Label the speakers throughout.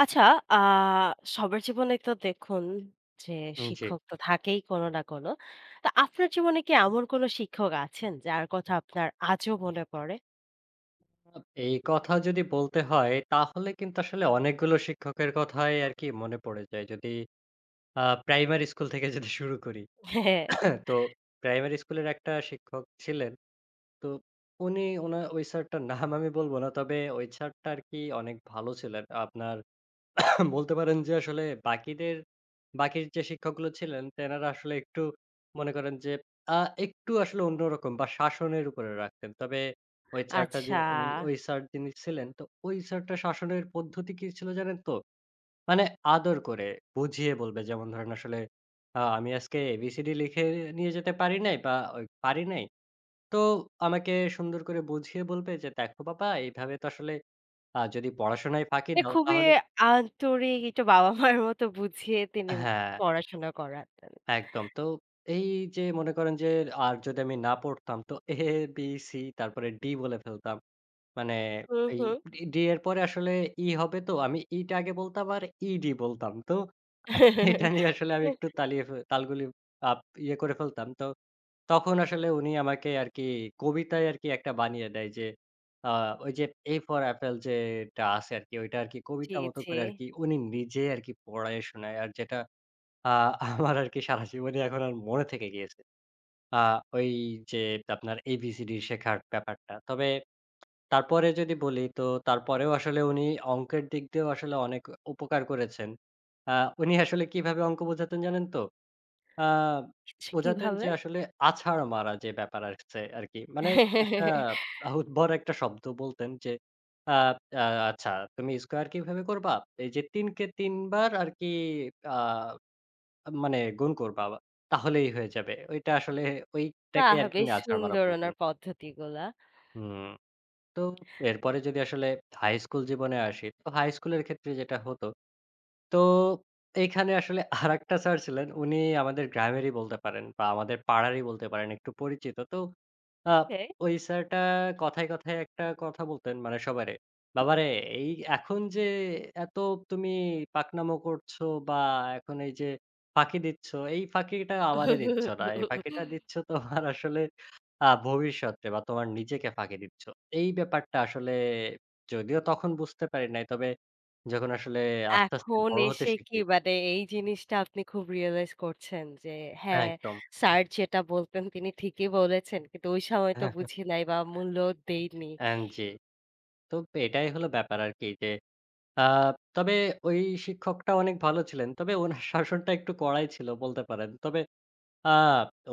Speaker 1: আচ্ছা, আ সবার জীবনে তো দেখুন যে
Speaker 2: জি।
Speaker 1: শিক্ষক তো থাকেই কোনো না কোনো। তো আপনার জীবনে কি এমন কোনো শিক্ষক আছেন যার কথা আপনার আজও মনে পড়ে?
Speaker 2: এই কথা যদি বলতে হয় তাহলে কিন্তু আসলে অনেকগুলো শিক্ষকের কথাই আরকি মনে পড়ে যায়। যদি প্রাইমারি স্কুল থেকে যদি শুরু করি।
Speaker 1: হ্যাঁ,
Speaker 2: হ্যাঁ, তো প্রাইমারি স্কুলের একটা শিক্ষক ছিলেন। তো উনি ওই স্যারটার নাম আমি বলব না। তবে ওই স্যারটা আরকি অনেক ভালো ছিলেন। আপনার বলতে পারেন যে আসলে বাকিদের বাকির যে শিক্ষকগুলো ছিলেন তেনারা আসলে একটু মনে করেন যে আ একটু আসলে অন্যরকম বা শাসনের উপরে রাখতেন। তবে ওই স্যারটা যে
Speaker 1: আচ্ছা।
Speaker 2: ওই ওই স্যার যিনি ছিলেন তো ওই স্যারটা শাসনের পদ্ধতি কি ছিল জানেন তো? মানে আদর করে বুঝিয়ে বলবে যেমন ধরেন আসলে আমি আজকে ABCD লিখে নিয়ে যেতে পারি নাই বা ওই পারি নাই। তো আমাকে সুন্দর করে বুঝিয়ে বলবে যে দেখো বাবা এইভাবে তো আসলে যদি পড়াশোনায় ফাঁকি
Speaker 1: মানে
Speaker 2: দাও
Speaker 1: খুবই
Speaker 2: তাহলে
Speaker 1: আন্তরিক একটু বাবা-মার মতো বুঝিয়ে তিনি
Speaker 2: হ্যাঁ।
Speaker 1: পড়াশোনা করাতেন।
Speaker 2: একদম। তো এই যে মনে করেন যে আর যদি আমি না পড়তাম তো A, B, C তারপরে D বলে ফেলতাম। মানে
Speaker 1: হুম,
Speaker 2: এই
Speaker 1: হুম।
Speaker 2: D এর পরে আসলে E হবে তো আমি E টা আগে বলতাম আর ED বলতাম। তো এটা নিয়ে আসলে আমি একটু তালিয়ে ফে তালগুলি আপ ইয়ে করে ফেলতাম। তো তখন আসলে উনি আমাকে আরকি কবিতায় আরকি একটা বানিয়ে দেয় যে আ ওই যে A for apple যেটা আছে আরকি ওইটা আরকি
Speaker 1: জি,
Speaker 2: কবিতা মতো
Speaker 1: জি।
Speaker 2: করে আরকি উনি নিজে আরকি পড়ায়ে শোনায়। আর যেটা আ আমার আরকি সারা জীবনই এখন আর মনে থেকে গিয়েছে। আ ওই যে আপনার ABCD শেখার ব্যাপারটা। তবে তারপরে যদি বলি তো তারপরেও আসলে উনি অঙ্কের দিক দিয়েও আসলে অনেক উপকার করেছেন। আ উনি আসলে কিভাবে অঙ্ক বোঝাতেন জানেন তো? আ
Speaker 1: কিছু
Speaker 2: বোঝাতেন যে
Speaker 1: কিভাবে?
Speaker 2: আসলে আছাড় মারা যে ব্যাপার আসছে আরকি। মানে একটা উদ্ভট একটা শব্দ বলতেন যে আ আ আচ্ছা তুমি স্কোয়ার কিভাবে করবা? এই যে ৩ কে ৩ বার আরকি আ আ মানে গুণ করবা তাহলেই হয়ে যাবে। ওইটা আসলে ওইটাকে
Speaker 1: বাহ!
Speaker 2: আরকি
Speaker 1: বেশ
Speaker 2: উনি আছাড় মারা
Speaker 1: সুন্দর
Speaker 2: বলতেন।
Speaker 1: ওনার পদ্ধতিগুলা।
Speaker 2: হুম। তো এরপরে যদি আসলে হাই স্কুল জীবনে আসি, তো হাই স্কুলের ক্ষেত্রে যেটা হতো, তো এইখানে আসলে আরেকটা স্যার ছিলেন। উনি আমাদের গ্রামেরই বলতে পারেন বা আমাদের পাড়ারই বলতে পারেন, একটু পরিচিত। তো আ
Speaker 1: ওকে।
Speaker 2: ওই স্যারটা কথায়, কথায় একটা কথা বলতেন মানে সবারে, "বাবারে এই এখন যে এত তুমি পাকনামো করছো বা এখন এই যে ফাঁকি দিচ্ছ, এই ফাঁকিটা আমারে দিচ্ছ না। এই ফাঁকিটা দিচ্ছ তোমার আসলে ভবিষ্যতে বা তোমার নিজেকে ফাঁকি দিচ্ছ।" এই ব্যাপারটা আসলে যদিও তখন বুঝতে পারি নাই। তবে যখন আসলে আস্তে, আস্তে
Speaker 1: এখন
Speaker 2: বড় হতে
Speaker 1: এসে কি
Speaker 2: শিখি
Speaker 1: মানে এই জিনিসটা আপনি খুব রিয়ালাইজ করছেন যে
Speaker 2: হ্যাঁ,
Speaker 1: হ্যাঁ,
Speaker 2: একদম।
Speaker 1: স্যার যেটা বলতেন তিনি ঠিকই বলেছেন। কিন্তু ওই সময় তো বুঝি নাই বা মূল্য দেইনি।
Speaker 2: জি। তো এটাই হলো ব্যাপার আরকি যে আ তবে ওই শিক্ষকটা অনেক ভালো ছিলেন। তবে ওনার শাসনটা একটু কড়াই ছিল বলতে পারেন। তবে আ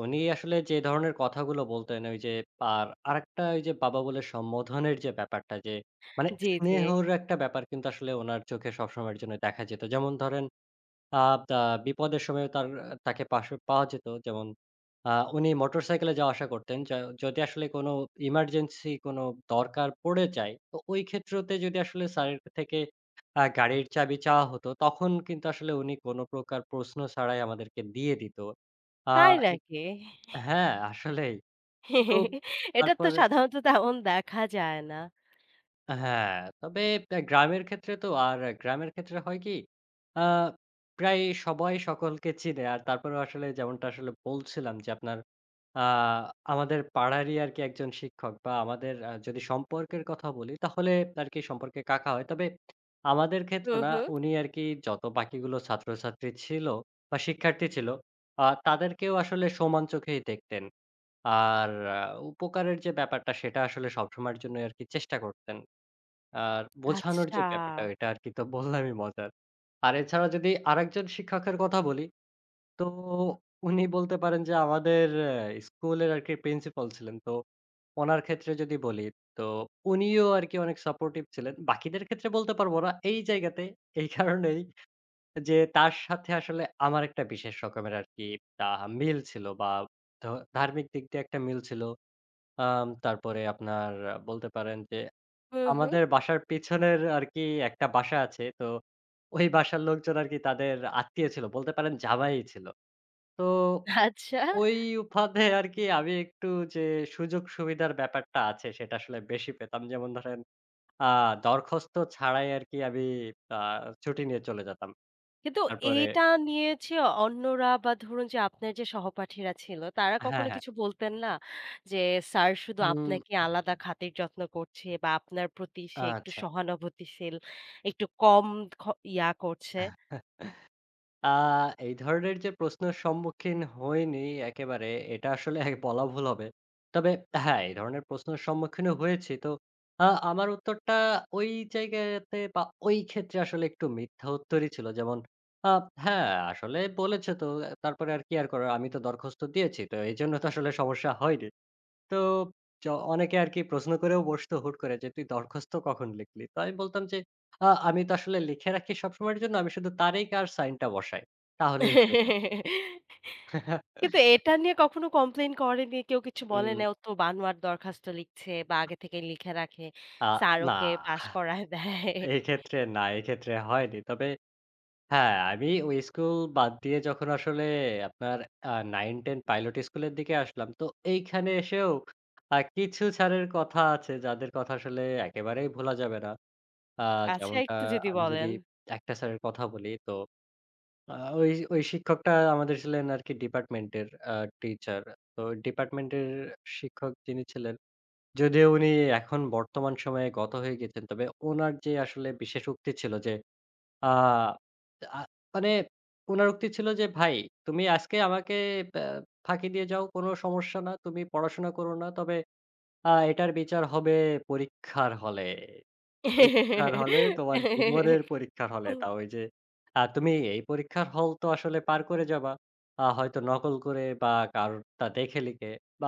Speaker 2: উনি আসলে যে ধরনের কথাগুলো বলতেন ওই যে আর আরেকটা ওই যে বাবা বলে সম্বোধনের যে ব্যাপারটা যে মানে
Speaker 1: জি, জি।
Speaker 2: স্নেহর একটা ব্যাপার কিন্তু আসলে ওনার চোখে সবসময়ের জন্য দেখা যেত। যেমন ধরেন আ তা বিপদের সময় তাকে পাশে পাওয়া যেত। যেমন আ উনি মোটরসাইকেলে যাওয়া আসা করতেন। যদি আসলে কোনো ইমার্জেন্সি কোনো দরকার পড়ে যায়, তো ওই ক্ষেত্রতে যদি আসলে স্যারের থেকে গাড়ির চাবি চাওয়া হতো, তখন কিন্তু আসলে উনি কোনো প্রকার প্রশ্ন ছাড়াই আমাদেরকে দিয়ে দিত। আ
Speaker 1: তাই
Speaker 2: এ
Speaker 1: নাকি?
Speaker 2: হ্যাঁ, আসলেই। তো
Speaker 1: এটা তো
Speaker 2: তারপর
Speaker 1: সাধারণত তেমন দেখা যায় না।
Speaker 2: হ্যাঁ, তবে গ্রামের ক্ষেত্রে তো আর গ্রামের ক্ষেত্রে হয় কি? আ প্রায় সবাই সকলকে চিনে। আর তারপরেও আসলে যেমনটা আসলে বলছিলাম যে আপনার আ আমাদের পাড়ারই আরকি একজন শিক্ষক বা আমাদের যদি সম্পর্কের কথা বলি তাহলে আরকি সম্পর্কে কাকা হয়। তবে আমাদের ক্ষেত্রে
Speaker 1: হুম,
Speaker 2: না
Speaker 1: হুম।
Speaker 2: উনি আরকি যত বাকিগুলো ছাত্রছাত্রী ছিল বা শিক্ষার্থী ছিল তাদেরকেও আসলে সমান চোখেই দেখতেন। আর উপকারের যে ব্যাপারটা সেটা আসলে সবসময়ের জন্যই আরকি চেষ্টা করতেন। আর বোঝানোর যে
Speaker 1: আচ্ছা।
Speaker 2: ব্যাপারটা এটা আরকি তো বললামই মজার। আর এছাড়া যদি আরেকজন শিক্ষকের কথা বলি, তো উনি বলতে পারেন যে আমাদের স্কুলের আরকি প্রিন্সিপাল ছিলেন। তো ওনার ক্ষেত্রে যদি বলি, তো উনিও আরকি অনেক সাপোর্টিভ ছিলেন। বাকিদের ক্ষেত্রে বলতে পারব না। এই জায়গাতে এই কারণেই যে তার সাথে আসলে আমার একটা বিশেষ রকমের আরকি আ মিল ছিল বা ধ ধার্মিক দিক দিয়ে একটা মিল ছিল। তারপরে আপনার বলতে পারেন যে
Speaker 1: হুম, হুম।
Speaker 2: আমাদের বাসার পেছনের আরকি একটা বাসা আছে। তো ওই বাসার লোকজন আরকি তাদের আত্মীয় ছিল। বলতে পারেন জামাই ছিল। তো
Speaker 1: আচ্ছা।
Speaker 2: ওই ফাঁদে আরকি আমি একটু যে সুযোগ সুবিধার ব্যাপারটা আছে সেটা আসলে বেশি পেতাম। যেমন ধরেন আ দরখাস্ত ছাড়াই আরকি আমি আ ছুটি নিয়ে চলে যেতাম।
Speaker 1: কিন্তু
Speaker 2: তারপরে
Speaker 1: এটা নিয়ে অন্যরা বা ধরুন যে আপনার যে সহপাঠীরা ছিল, তারা
Speaker 2: হ্যাঁ,
Speaker 1: কখনো
Speaker 2: হ্যাঁ।
Speaker 1: কিছু বলতেন না? যে স্যার শুধু
Speaker 2: উম
Speaker 1: আপনাকে আলাদা খাতির যত্ন করছে বা আপনার প্রতি সে একটু
Speaker 2: আচ্ছা।
Speaker 1: সহানুভূতিশীল, একটু কম খ ইয়া করছে।
Speaker 2: আ এই ধরনের যে প্রশ্নের সম্মুখীন হইনি একেবারে এটা আসলে এক বলা ভুল হবে। তবে হ্যাঁ, এই ধরনের প্রশ্নের সম্মুখীনও হয়েছি। তো আমার উত্তরটা ওই জায়গাতে বা ওই ক্ষেত্রে আসলে একটু মিথ্যা উত্তরই ছিল। যেমন আ হ্যাঁ, আসলে বলেছে তো তারপরে আর কি আর করার আমি তো দরখাস্ত দিয়েছি। তো এইজন্য তো আসলে সমস্যা হয়নি। তো চ অনেকে আরকি প্রশ্ন করেও বসতো হুট করে যে, "তুই দরখাস্ত কখন লিখলি?" তো আমি বলতাম যে, আমি তো আসলে লিখে রাখি সবসময়ের জন্য। আমি শুধু তারিখ আর সাইনটা বসাই। তাহলেই হয়ে যায়।"
Speaker 1: কিন্তু এটা নিয়ে কখনো কমপ্লেইন করেনি, কেউ কিছু বলে
Speaker 2: উম
Speaker 1: নাই, ও তো বানোয়াট দরখাস্ত লিখছে বা আগে থেকে লিখে রাখে।
Speaker 2: আ
Speaker 1: স্যার
Speaker 2: না,
Speaker 1: ওকে পাস করায় দেয়।
Speaker 2: এক্ষেত্রে না, এক্ষেত্রে হয়নি। তবে হ্যাঁ, আমি ওই স্কুল বাদ দিয়ে যখন আসলে আপনার 9-10 পাইলট স্কুলের দিকে আসলাম, তো এইখানে এসেও কিছু স্যারের কথা আছে যাদের কথা আসলে একেবারেই ভোলা যাবে না। আ
Speaker 1: আচ্ছা
Speaker 2: যেমনটা
Speaker 1: একটু যদি
Speaker 2: আমি যদি
Speaker 1: বলেন?
Speaker 2: একটা স্যারের কথা বলি তো আ ওই শিক্ষকটা আমাদের ছিলেন আরকি ডিপার্টমেন্টের আ টিচার। তো ডিপার্টমেন্টের শিক্ষক যিনি ছিলেন, যদিও উনি এখন বর্তমান সময়ে গত হয়ে গেছেন। তবে উনার যে আসলে বিশেষ উক্তি ছিল যে আ আ মানে উনার উক্তি ছিল যে, "ভাই তুমি আজকে আমাকে ব্যা ফাঁকি দিয়ে যাও, কোনো সমস্যা না। তুমি পড়াশোনা করো না। তবে এটার বিচার হবে পরীক্ষার হলে।" পরীক্ষার হলে তোমার জীবনের পরীক্ষার হলে। তাও ওই যে তুমি এই পরীক্ষার হল তো আসলে পার করে যাবা। হয়তো নকল করে বা কারোরটা দেখে লিখে বা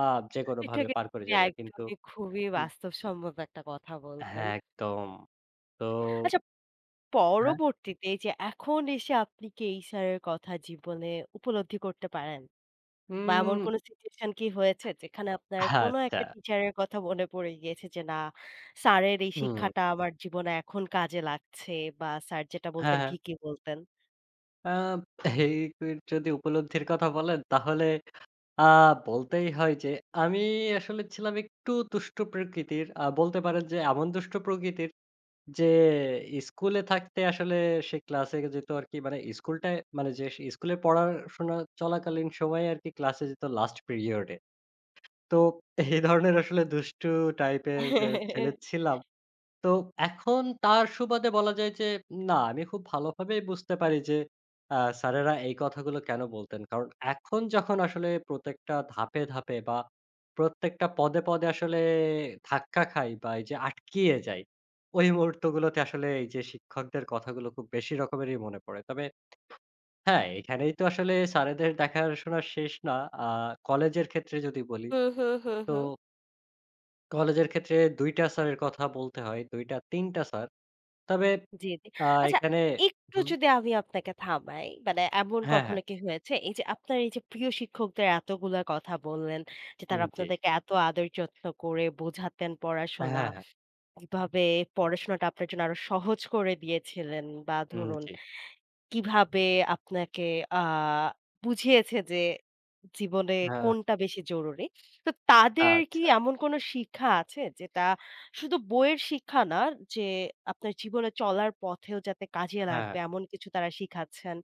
Speaker 1: এটা
Speaker 2: যেকোনোভাবে পার
Speaker 1: কিন্তু
Speaker 2: করে
Speaker 1: তিনি
Speaker 2: যাবা। কিন্তু
Speaker 1: একদমই খুবই
Speaker 2: হুম।
Speaker 1: বাস্তবসম্মত একটা কথা বলতেন।
Speaker 2: হ্যাঁ, একদম। তো
Speaker 1: আচ্ছা,
Speaker 2: হ্যাঁ?
Speaker 1: পরবর্তীতে এই যে এখন এসে আপনি কি এই স্যারের কথা জীবনে উপলব্ধি করতে পারেন? বা এমন
Speaker 2: উম
Speaker 1: কোন সিচুয়েশন কি হয়েছে যেখানে আপনার কোন
Speaker 2: আচ্ছা।
Speaker 1: একটা টিচারের কথা মনে পড়ে গিয়েছে যে না স্যারের এই
Speaker 2: হুম।
Speaker 1: শিক্ষাটা আমার জীবনে এখন কাজে লাগছে বা স্যার যেটা
Speaker 2: হ্যাঁ,
Speaker 1: বলতেন
Speaker 2: হ্যাঁ।
Speaker 1: ঠিকই বলতেন?
Speaker 2: আ এই যদি উপলব্ধির কথা বলেন তাহলে আ বলতেই হয় যে আমি আসলে ছিলাম একটু দুষ্ট প্রকৃতির। বলতে পারেন যে এমন দুষ্ট প্রকৃতির যে স্কুলে থাকতে আসলে সে ক্লাসে যেত আরকি মানে স্কুলটায় মানে যে স্কুলে পড়াশোনা চলাকালীন সময়ে আরকি ক্লাসে যেত লাস্ট পিরিয়ড এ। তো এই ধরনের আসলে দুষ্টু টাইপের ছেলে ছিলাম। তো এখন তার সুবাদে বলা যায় যে না, আমি খুব ভালোভাবেই বুঝতে পারি যে আ স্যারেরা এই কথাগুলো কেন বলতেন। কারণ এখন যখন আসলে প্রত্যেকটা ধাপে, ধাপে বা প্রত্যেকটা পদে, পদে আসলে ধাক্কা খাই বা এই যে আটকিয়ে যাই, ওই মুহূর্তগুলোতে আসলে এই যে শিক্ষকদের কথাগুলো খুব বেশি রকমেরই মনে পড়ে। তবে হ্যাঁ, এখানেই তো আসলে স্যারেদের দেখাশোনা শেষ না। আ কলেজের ক্ষেত্রে যদি বলি,
Speaker 1: হুম, হুম, হুম,
Speaker 2: তো
Speaker 1: হুম।
Speaker 2: কলেজের ক্ষেত্রে ২ টা স্যারের কথা বলতে হয়, ২ টা ৩ টা স্যার। তবে
Speaker 1: জি, জি।
Speaker 2: আ
Speaker 1: আচ্ছা,
Speaker 2: এখানে
Speaker 1: একটু
Speaker 2: হুম,
Speaker 1: যদি আমি আপনাকে থামাই, মানে এমন
Speaker 2: হ্যাঁ, হ্যাঁ,
Speaker 1: কখনো কি হয়েছে? এই যে আপনার এই যে প্রিয় শিক্ষকদের এতগুলা কথা বললেন যে
Speaker 2: উম
Speaker 1: তারা
Speaker 2: জি।
Speaker 1: আপনাদেরকে এত আদর যত্ন করে বোঝাতেন
Speaker 2: হ্যাঁ,
Speaker 1: পড়াশোনা,
Speaker 2: হ্যাঁ, হ্যাঁ,
Speaker 1: কিভাবে পড়াশোনাটা আপনার জন্য আরো সহজ করে দিয়েছিলেন বা
Speaker 2: উম
Speaker 1: ধরুন
Speaker 2: জি।
Speaker 1: কিভাবে আপনাকে আ বুঝিয়েছে যে জীবনে
Speaker 2: হ্যাঁ,
Speaker 1: কোনটা বেশি জরুরি। তো তাদের কি
Speaker 2: আচ্ছা,
Speaker 1: এমন কোন শিক্ষা আছে যেটা শুধু বইয়ের শিক্ষা না যে আপনার জীবনে চলার পথেও যাতে কাজে
Speaker 2: হ্যাঁ।
Speaker 1: লাগবে এমন কিছু তারা শিখাচ্ছেন?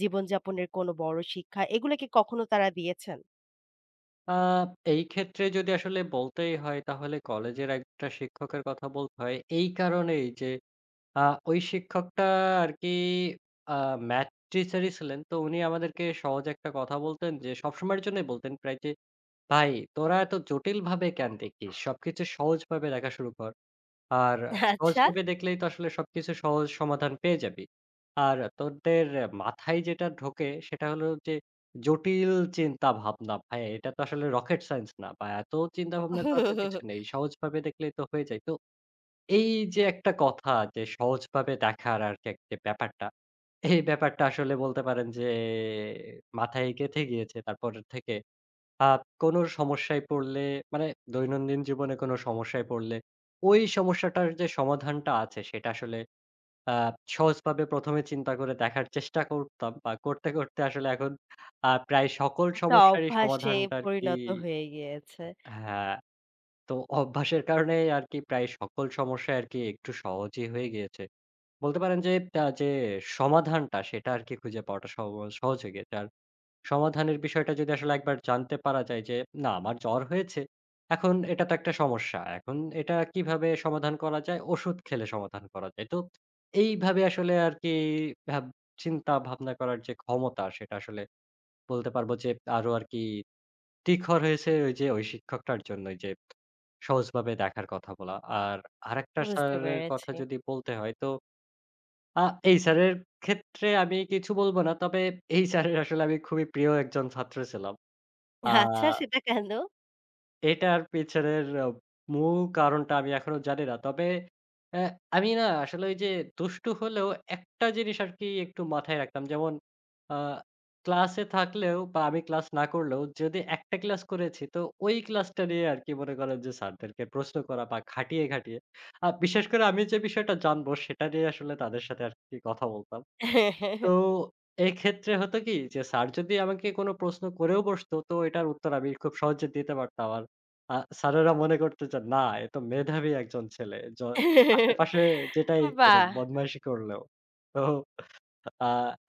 Speaker 1: জীবনযাপনের কোনো বড় শিক্ষা এগুলো কি কখনো তারা দিয়েছেন?
Speaker 2: হ্যাঁ, এই ক্ষেত্রে যদি আসলে বলতেই হয় তাহলে কলেজের একটা শিক্ষকের কথা বলতে হয় এই কারণেই যে আ ওই শিক্ষকটা আরকি আ ম্যাথ টিচারই ছিলেন। তো উনি আমাদেরকে সহজ একটা কথা বলতেন যে সবসময়ের জন্যই বলতেন প্রায় যে, "ভাই তোরা এত জটিলভাবে কেন দেখিস? সবকিছু সহজভাবে দেখা শুরু কর।" আর
Speaker 1: আচ্ছা।
Speaker 2: সহজভাবে দেখলেই তো আসলে সবকিছু সহজ সমাধান পেয়ে যাবি। আর তোদের মাথায় যেটা ঢোকে সেটা হলো যে জটিল চিন্তা ভাবনা। ভাই এটা তো আসলে রকেট সায়েন্স না বা এত চিন্তা ভাবনা করার তো কিছু নেই। সহজভাবে দেখলেই তো হয়ে যায়। তো এই যে একটা কথা যে সহজভাবে দেখার আরকি যে ব্যাপারটা, এই ব্যাপারটা আসলে বলতে পারেন যে মাথায় গেঁথে গিয়েছে তারপর থেকে আ কোনো সমস্যায় পড়লে মানে দৈনন্দিন জীবনে কোনো সমস্যায় পড়লে ওই সমস্যাটার যে সমাধানটা আছে সেটা আসলে আ সহজভাবে ১ম এ চিন্তা করে দেখার চেষ্টা করতাম বা করতে, করতে আসলে এখন প্রায় সকল
Speaker 1: একটা
Speaker 2: সমস্যারই
Speaker 1: অভ্যাসে
Speaker 2: সমাধানটা আরকি
Speaker 1: পরিণত হয়ে গিয়েছে।
Speaker 2: হ্যাঁ, তো অভ্যাসের কারণে আরকি প্রায় সকল সমস্যাই আরকি একটু সহজই হয়ে গিয়েছে। বলতে পারেন যে, যে সমাধানটা সেটা আরকি খুঁজে পাওয়াটা সহজ হয়ে গিয়েছে। আর সমাধানের বিষয়টা যদি আসলে একবার জানতে পারা যায় যে, না আমার জ্বর হয়েছে। এখন এটা তো একটা সমস্যা। এখন এটা কিভাবে সমাধান করা যায়? ওষুধ খেলে সমাধান করা যায়। তো এইভাবে আসলে আরকি ভাব চিন্তা ভাবনা করার যে ক্ষমতা সেটা আসলে বলতে পারবো যে আরো আরকি তীখর হয়েছে ওই যে ওই শিক্ষকটার জন্যই যে সহজভাবে দেখার কথা বলা। আর আরেকটা
Speaker 1: বুঝতে
Speaker 2: স্যারের কথা
Speaker 1: পেরেছি।
Speaker 2: যদি বলতে হয় তো আ এই স্যারের ক্ষেত্রে আমি কিছু বলব না। তবে এই স্যারের আসলে আমি খুবই প্রিয় একজন ছাত্র ছিলাম। আ
Speaker 1: আচ্ছা, সেটা কেন?
Speaker 2: এটার পেছনের মূল কারণটা আমি এখনো জানি না। তবে অ্যা আমি না আসলে ওই যে দুষ্টু হলেও একটা জিনিস আরকি একটু মাথায় রাখতাম। যেমন আ ক্লাসে থাকলেও বা আমি ক্লাস না করলেও যদি একটা ক্লাস করেছি তো ওই ক্লাসটা নিয়ে আরকি মনে করেন যে স্যারদেরকে প্রশ্ন করা বা খাটিয়ে, খাটিয়ে বিশেষ করে আমি যে বিষয়টা জানবো সেটা নিয়ে আসলে তাদের সাথে আরকি কথা বলতাম। তো এক্ষেত্রে হতো কি? যে স্যার যদি আমাকে কোনো প্রশ্ন করেও বসতো, তো এটার উত্তর আমি খুব সহজে দিতে পারতাম। আর আ স্যারেরা মনে করতো যে না, এ তো মেধাবী একজন ছেলে। আশেপাশে যেটাই করুক,
Speaker 1: বাহ!
Speaker 2: বদমাইশি করলেও। তো আ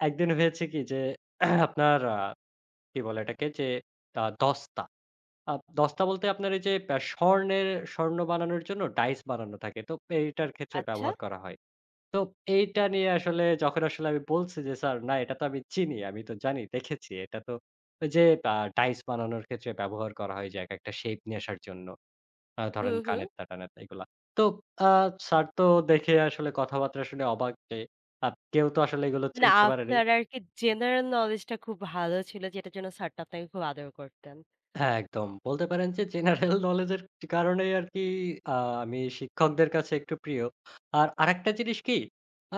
Speaker 2: একদিন হয়েছে কি যে আপনার কি বলে এটাকে? যে দস্তা। আ দস্তা বলতে আপনার এই যে স্বর্ণ বানানোর জন্য ডাইস বানানো থাকে। তো এইটার ক্ষেত্রে
Speaker 1: আচ্ছা।
Speaker 2: ব্যবহার করা হয়। তো এইটা নিয়ে আসলে যখন আসলে আমি বলছি যে, "স্যার না এটা তো আমি চিনি। আমি তো জানি, দেখেছি। এটা তো ওই যে আ ডাইস বানানোর ক্ষেত্রে ব্যবহার করা হয় যে একেকটা শেপ নিয়ে আসার জন্য। ধরেন
Speaker 1: হুম, হুম।
Speaker 2: কানের তা-টানেরটা এগুলা।" তো আ স্যার তো দেখে আসলে কথাবার্তা শুনে অবাক যে আ কেউ তো আসলে এগুলো
Speaker 1: মানে
Speaker 2: চিনতে পারেনি।
Speaker 1: আপনার আরকি জেনারেল নলেজটা খুব ভালো ছিল যেটার জন্য স্যারটা আপনাকে খুব আদর করতেন।
Speaker 2: হ্যাঁ, একদম। বলতে পারেন যে জেনারেল knowledge এর কারণেই আরকি আ আমি শিক্ষকদের কাছে একটু প্রিয়। আর আরেকটা জিনিস কি? আ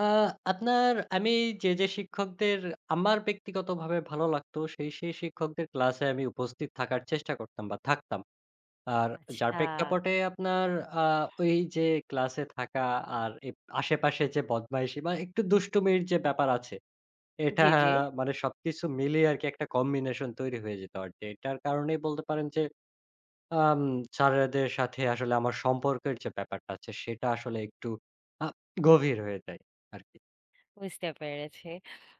Speaker 2: আপনার আমি যে শিক্ষকদের আমার ব্যক্তিগতভাবে ভালো লাগতো সেই শিক্ষকদের ক্লাসে আমি উপস্থিত থাকার চেষ্টা করতাম বা থাকতাম। আর যার
Speaker 1: আচ্ছা।
Speaker 2: প্রেক্ষাপটে আপনার আ ওই যে ক্লাসে থাকা আর আশেপাশে যে বদমাইশি বা একটু দুষ্টুমির যে ব্যাপার আছে, এটা
Speaker 1: জি, জি।
Speaker 2: মানে সবকিছু মিলিয়ে আরকি একটা কম্বিনেশন তৈরি হয়ে যেত আর কি। এটার কারণেই বলতে পারেন যে আম স্যারেদের সাথে আসলে আমার সম্পর্কের যে ব্যাপারটা আছে সেটা আসলে একটু আ গভীর হয়ে যায় আরকি।
Speaker 1: বুঝতে পেরেছি।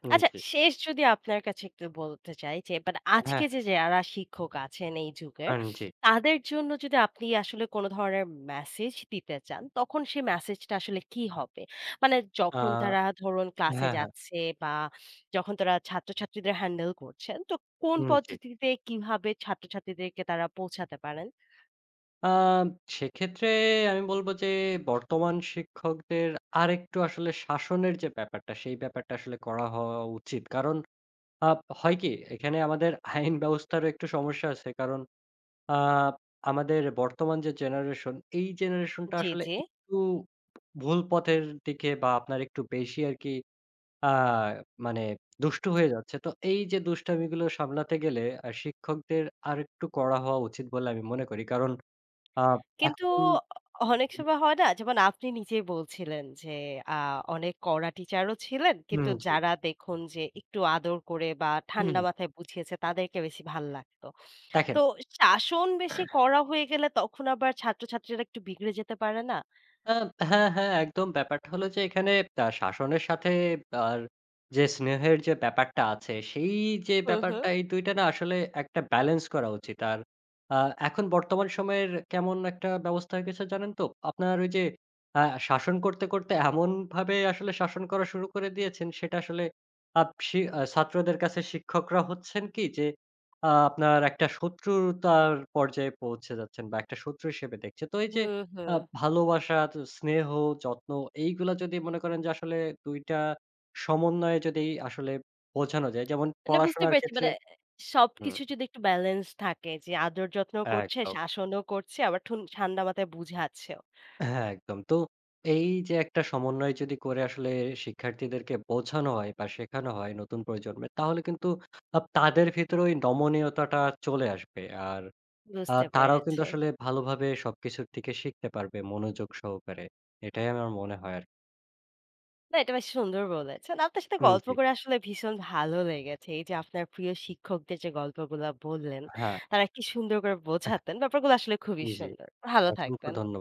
Speaker 2: উম
Speaker 1: আচ্ছা,
Speaker 2: জি।
Speaker 1: শেষ যদি আপনার কাছে একটু বলতে চাই যে মানে
Speaker 2: হ্যাঁ,
Speaker 1: আজকে যে যারা শিক্ষক আছেন এই যুগের,
Speaker 2: আন জি।
Speaker 1: তাদের জন্য যদি আপনি আসলে কোনো ধরনের মেসেজ দিতে চান, তখন সেই মেসেজটা আসলে কি হবে? মানে
Speaker 2: আ
Speaker 1: যখন তারা ধরুন ক্লাসে
Speaker 2: হ্যাঁ, হ্যাঁ।
Speaker 1: যাচ্ছে বা যখন তারা ছাত্রছাত্রীদের হ্যান্ডেল করছেন, তো কোন
Speaker 2: উম জি।
Speaker 1: পদ্ধতিতে কিভাবে ছাত্রছাত্রীদেরকে তারা পৌঁছাতে পারেন?
Speaker 2: আ সেক্ষেত্রে আমি বলব যে বর্তমান শিক্ষকদের আরেকটু আসলে শাসনের যে ব্যাপারটা, সেই ব্যাপারটা আসলে করা হওয়া উচিত। কারণ আ হয় কি? এখানে আমাদের আইন ব্যবস্থারও একটু সমস্যা আছে। কারণ আ আমাদের বর্তমান যে জেনারেশন, এই জেনারেশনটা
Speaker 1: জি,
Speaker 2: আসলে
Speaker 1: জি।
Speaker 2: একটু ভুল পথের দিকে বা আপনার একটু বেশি আরকি আ মানে দুষ্টু হয়ে যাচ্ছে। তো এই যে দুষ্টামিগুলো সামলাতে গেলে শিক্ষকদের আরেকটু কড়া হওয়া উচিত বলে আমি মনে করি। কারণ আ
Speaker 1: কিন্তু
Speaker 2: এখন
Speaker 1: অনেক সময় হয় না? যেমন আপনি নিজেই বলছিলেন যে, আ অনেক কড়া টিচারও ছিলেন।
Speaker 2: হুম,
Speaker 1: কিন্তু
Speaker 2: জি।
Speaker 1: যারা দেখুন যে একটু আদর করে বা
Speaker 2: হুম,
Speaker 1: ঠান্ডা
Speaker 2: হুম।
Speaker 1: মাথায় বুঝিয়েছে তাদেরকে বেশি ভাল লাগতো।
Speaker 2: দেখেন
Speaker 1: তো শাসন বেশি কড়া হয়ে গেলে তখন আবার ছাত্রছাত্রীরা একটু বিগড়ে যেতে পারে না?
Speaker 2: আ হ্যাঁ, হ্যাঁ, একদম ব্যাপারটা হলো যে এখানে শাসনের সাথে আর যে স্নেহের যে ব্যাপারটা আছে, সেই যে
Speaker 1: হুম, হুম।
Speaker 2: ব্যাপারটা এই ২ টা না আসলে একটা ব্যালেন্স করা উচিত। আর আ এখন বর্তমান সময়ের কেমন একটা ব্যবস্থা হয়ে গেছে জানেন তো? আপনার ওই যে আ শাসন করতে, করতে এমনভাবে আসলে শাসন করা শুরু করে দিয়েছেন সেটা আসলে আপ শি আ ছাত্রদের কাছে শিক্ষকরা হচ্ছেন কি যে আপনার একটা শত্রুতার পর্যায়ে পৌঁছে যাচ্ছেন বা একটা শত্রু হিসেবে দেখছে। তো এই যে
Speaker 1: হুম,
Speaker 2: আ
Speaker 1: হুম।
Speaker 2: ভালোবাসা, তো স্নেহ, যত্ন এইগুলা যদি মনে করেন যে আসলে ২ টা সমন্বয়ে যদি আসলে বোঝানো যায়। যেমন
Speaker 1: মানে বুঝতে
Speaker 2: পড়াশোনার
Speaker 1: পেরেছি,
Speaker 2: ক্ষেত্রে
Speaker 1: মানে
Speaker 2: হুম,
Speaker 1: সবকিছু যদি একটু ব্যালেন্স থাকে যে আদর যত্নও করছে,
Speaker 2: একদম।
Speaker 1: শাসনও করছে আবার ঠান্ডা মাথায় বুঝাচ্ছেও।
Speaker 2: হ্যাঁ, একদম। তো এই যে একটা সমন্বয় যদি করে আসলে শিক্ষার্থীদেরকে বোঝানো হয় বা শেখানো হয় নতুন প্রজন্মের, তাহলে কিন্তু তাদের ভেতরে ওই নমনীয়তাটা চলে আসবে। আর
Speaker 1: বুঝতে
Speaker 2: তারাও কিন্তু
Speaker 1: পেরেছি।
Speaker 2: আসলে ভালোভাবে সবকিছুর থেকে শিখতে পারবে মনোযোগ সহকারে। এটাই আমার মনে হয় আরকি।
Speaker 1: না, এটা বেশ সুন্দর বলেছেন। আপনার সাথে
Speaker 2: উম
Speaker 1: গল্প
Speaker 2: জি।
Speaker 1: করে আসলে ভীষণ ভালো লেগেছে। এই যে আপনার প্রিয় শিক্ষকদের যে গল্পগুলা বললেন,
Speaker 2: হ্যাঁ,
Speaker 1: তারা কি সুন্দর করে বোঝাতেন। ব্যাপারগুলো আসলে খুবই
Speaker 2: জি।
Speaker 1: সুন্দর। ভালো
Speaker 2: অসংখ্য
Speaker 1: থাকবেন।
Speaker 2: ধন্য